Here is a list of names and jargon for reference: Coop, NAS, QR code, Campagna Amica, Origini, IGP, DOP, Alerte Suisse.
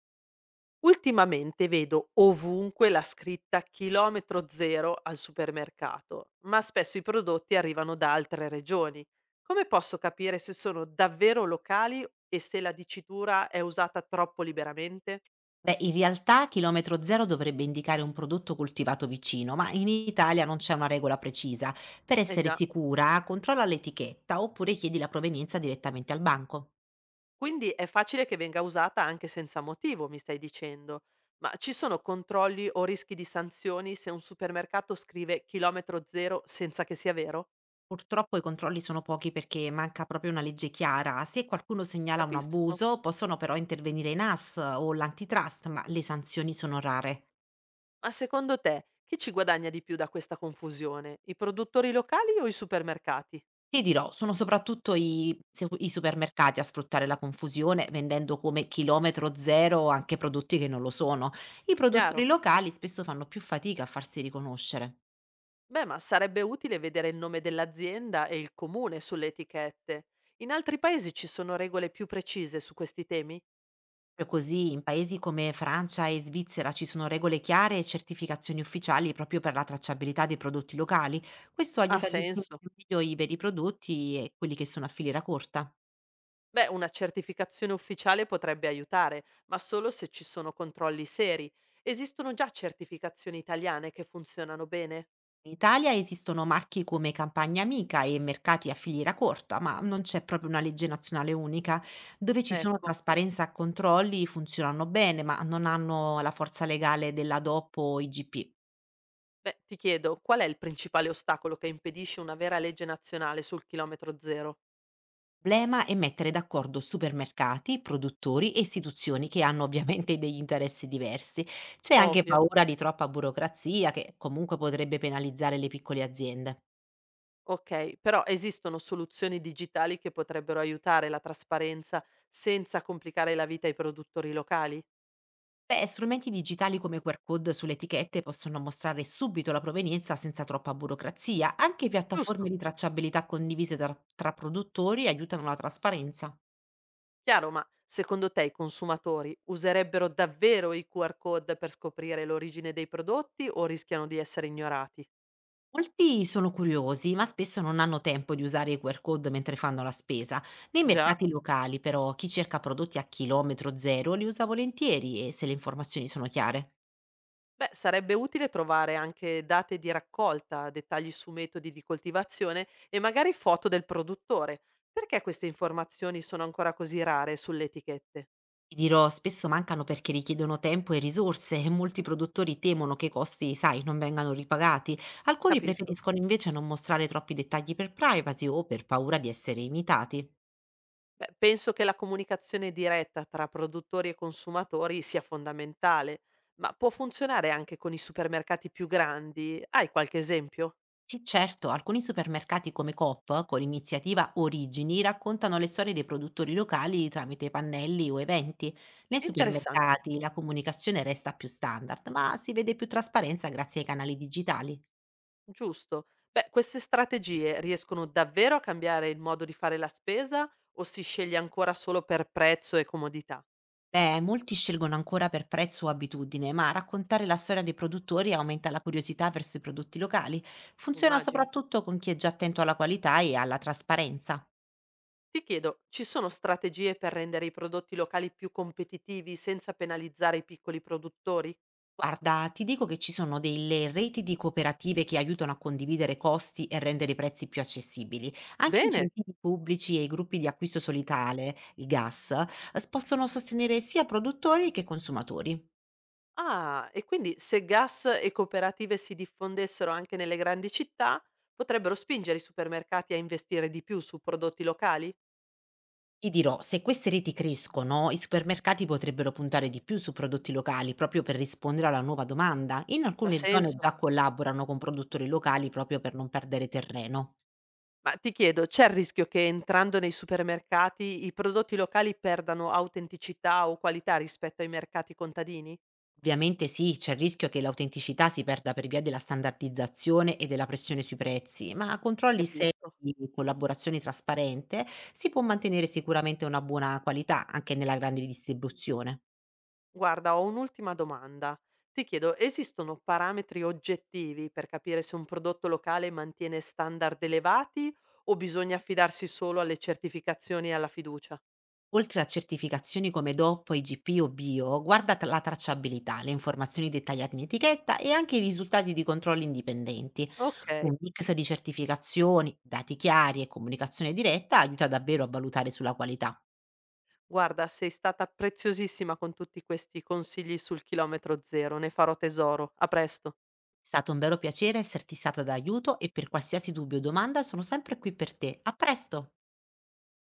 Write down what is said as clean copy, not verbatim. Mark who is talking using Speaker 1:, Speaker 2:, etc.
Speaker 1: Ultimamente vedo ovunque la scritta chilometro zero al supermercato, ma spesso i prodotti arrivano da altre regioni. Come posso capire se sono davvero locali e se la dicitura è usata troppo liberamente?
Speaker 2: Beh, in realtà chilometro zero dovrebbe indicare un prodotto coltivato vicino, ma in Italia non c'è una regola precisa. Per
Speaker 1: Eh
Speaker 2: essere
Speaker 1: già,
Speaker 2: sicura, controlla l'etichetta oppure chiedi la provenienza direttamente al banco.
Speaker 1: quindi è facile che venga usata anche senza motivo, mi stai dicendo. Ma ci sono controlli o rischi di sanzioni se un supermercato scrive chilometro zero senza che sia vero?
Speaker 2: Purtroppo i controlli sono pochi perché manca proprio una legge chiara. Se qualcuno segnala un
Speaker 1: Capisco.
Speaker 2: abuso, possono però intervenire i NAS o l'antitrust, ma le sanzioni sono rare.
Speaker 1: Ma secondo te, chi ci guadagna di più da questa confusione? I produttori locali o i supermercati?
Speaker 2: Ti dirò, sono soprattutto i se i supermercati a sfruttare la confusione, vendendo come chilometro zero anche prodotti che non lo sono. I produttori
Speaker 1: Chiaro.
Speaker 2: locali spesso fanno più fatica a farsi riconoscere.
Speaker 1: Beh, ma sarebbe utile vedere il nome dell'azienda e il comune sulle etichette. In altri paesi ci sono regole più precise su questi temi?
Speaker 2: Proprio così, in paesi come Francia e Svizzera ci sono regole chiare e certificazioni ufficiali proprio per la tracciabilità dei prodotti locali. Questo
Speaker 1: Ha
Speaker 2: aiuta a distinguere
Speaker 1: senso.
Speaker 2: meglio i veri prodotti e quelli che sono a filiera corta.
Speaker 1: Beh, una certificazione ufficiale potrebbe aiutare, ma solo se ci sono controlli seri. Esistono già certificazioni italiane che funzionano bene?
Speaker 2: In Italia esistono marchi come Campagna Amica e mercati a filiera corta, ma non c'è proprio una legge nazionale unica. Dove ci sono
Speaker 1: Ecco.
Speaker 2: trasparenza e controlli funzionano bene, ma non hanno la forza legale della DOP o IGP.
Speaker 1: Beh, ti chiedo, qual è il principale ostacolo che impedisce una vera legge nazionale sul chilometro zero?
Speaker 2: Il problema è mettere d'accordo supermercati, produttori e istituzioni che hanno ovviamente degli interessi diversi. C'è anche
Speaker 1: Ovvio.
Speaker 2: paura di troppa burocrazia che comunque potrebbe penalizzare le piccole aziende.
Speaker 1: Ok, però esistono soluzioni digitali che potrebbero aiutare la trasparenza senza complicare la vita ai produttori locali?
Speaker 2: Beh, strumenti digitali come QR code sulle etichette possono mostrare subito la provenienza senza troppa burocrazia. Anche piattaforme
Speaker 1: Giusto,
Speaker 2: di tracciabilità condivise tra produttori aiutano la trasparenza.
Speaker 1: chiaro, ma secondo te i consumatori userebbero davvero i QR code per scoprire l'origine dei prodotti o rischiano di essere ignorati?
Speaker 2: Molti sono curiosi, ma spesso non hanno tempo di usare i QR code mentre fanno la spesa. Nei
Speaker 1: Già.
Speaker 2: mercati locali, però, chi cerca prodotti a chilometro zero li usa volentieri e se le informazioni sono chiare.
Speaker 1: Beh, sarebbe utile trovare anche date di raccolta, dettagli su metodi di coltivazione e magari foto del produttore. Perché queste informazioni sono ancora così rare sulle etichette?
Speaker 2: Ti dirò, spesso mancano perché richiedono tempo e risorse e molti produttori temono che i costi, sai, non vengano ripagati. Alcuni
Speaker 1: Capisco.
Speaker 2: preferiscono invece non mostrare troppi dettagli per privacy o per paura di essere imitati.
Speaker 1: Beh, penso che la comunicazione diretta tra produttori e consumatori sia fondamentale, ma può funzionare anche con i supermercati più grandi. Hai qualche esempio?
Speaker 2: Sì, certo, alcuni supermercati come Coop, con l'iniziativa Origini, raccontano le storie dei produttori locali tramite pannelli o eventi. Nei
Speaker 1: Interessante.
Speaker 2: supermercati la comunicazione resta più standard, ma si vede più trasparenza grazie ai canali digitali.
Speaker 1: Giusto. Beh, queste strategie riescono davvero a cambiare il modo di fare la spesa o si sceglie ancora solo per prezzo e comodità?
Speaker 2: Beh, molti scelgono ancora per prezzo o abitudine, ma raccontare la storia dei produttori aumenta la curiosità verso i prodotti locali. Funziona
Speaker 1: Immagino.
Speaker 2: soprattutto con chi è già attento alla qualità e alla trasparenza.
Speaker 1: Ti chiedo, ci sono strategie per rendere i prodotti locali più competitivi senza penalizzare i piccoli produttori?
Speaker 2: Guarda, ti dico che ci sono delle reti di cooperative che aiutano a condividere costi e rendere i prezzi più accessibili. Anche
Speaker 1: Bene.
Speaker 2: incentivi pubblici e i gruppi di acquisto solitale, il gas, possono sostenere sia produttori che consumatori.
Speaker 1: Ah, e quindi se gas e cooperative si diffondessero anche nelle grandi città, potrebbero spingere i supermercati a investire di più su prodotti locali?
Speaker 2: Ti dirò, se queste reti crescono, i supermercati potrebbero puntare di più su prodotti locali proprio per rispondere alla nuova domanda. In
Speaker 1: Ha
Speaker 2: alcune zone
Speaker 1: senso?
Speaker 2: già collaborano con produttori locali proprio per non perdere terreno.
Speaker 1: Ma ti chiedo, c'è il rischio che entrando nei supermercati i prodotti locali perdano autenticità o qualità rispetto ai mercati contadini?
Speaker 2: Ovviamente sì, c'è il rischio che l'autenticità si perda per via della standardizzazione e della pressione sui prezzi, ma a controlli seri
Speaker 1: Capisco.
Speaker 2: e collaborazione trasparente si può mantenere sicuramente una buona qualità anche nella grande distribuzione.
Speaker 1: Guarda, ho un'ultima domanda. Ti chiedo, esistono parametri oggettivi per capire se un prodotto locale mantiene standard elevati o bisogna affidarsi solo alle certificazioni e alla fiducia?
Speaker 2: Oltre a certificazioni come DOP, IGP o Bio, guarda la tracciabilità, le informazioni dettagliate in etichetta e anche i risultati di controlli indipendenti.
Speaker 1: Ok,
Speaker 2: Un mix di certificazioni, dati chiari e comunicazione diretta aiuta davvero a valutare sulla qualità.
Speaker 1: guarda, sei stata preziosissima con tutti questi consigli sul chilometro zero, ne farò tesoro. A presto.
Speaker 2: È stato un vero piacere esserti stata d'aiuto e per qualsiasi dubbio o domanda sono sempre qui per te. A presto!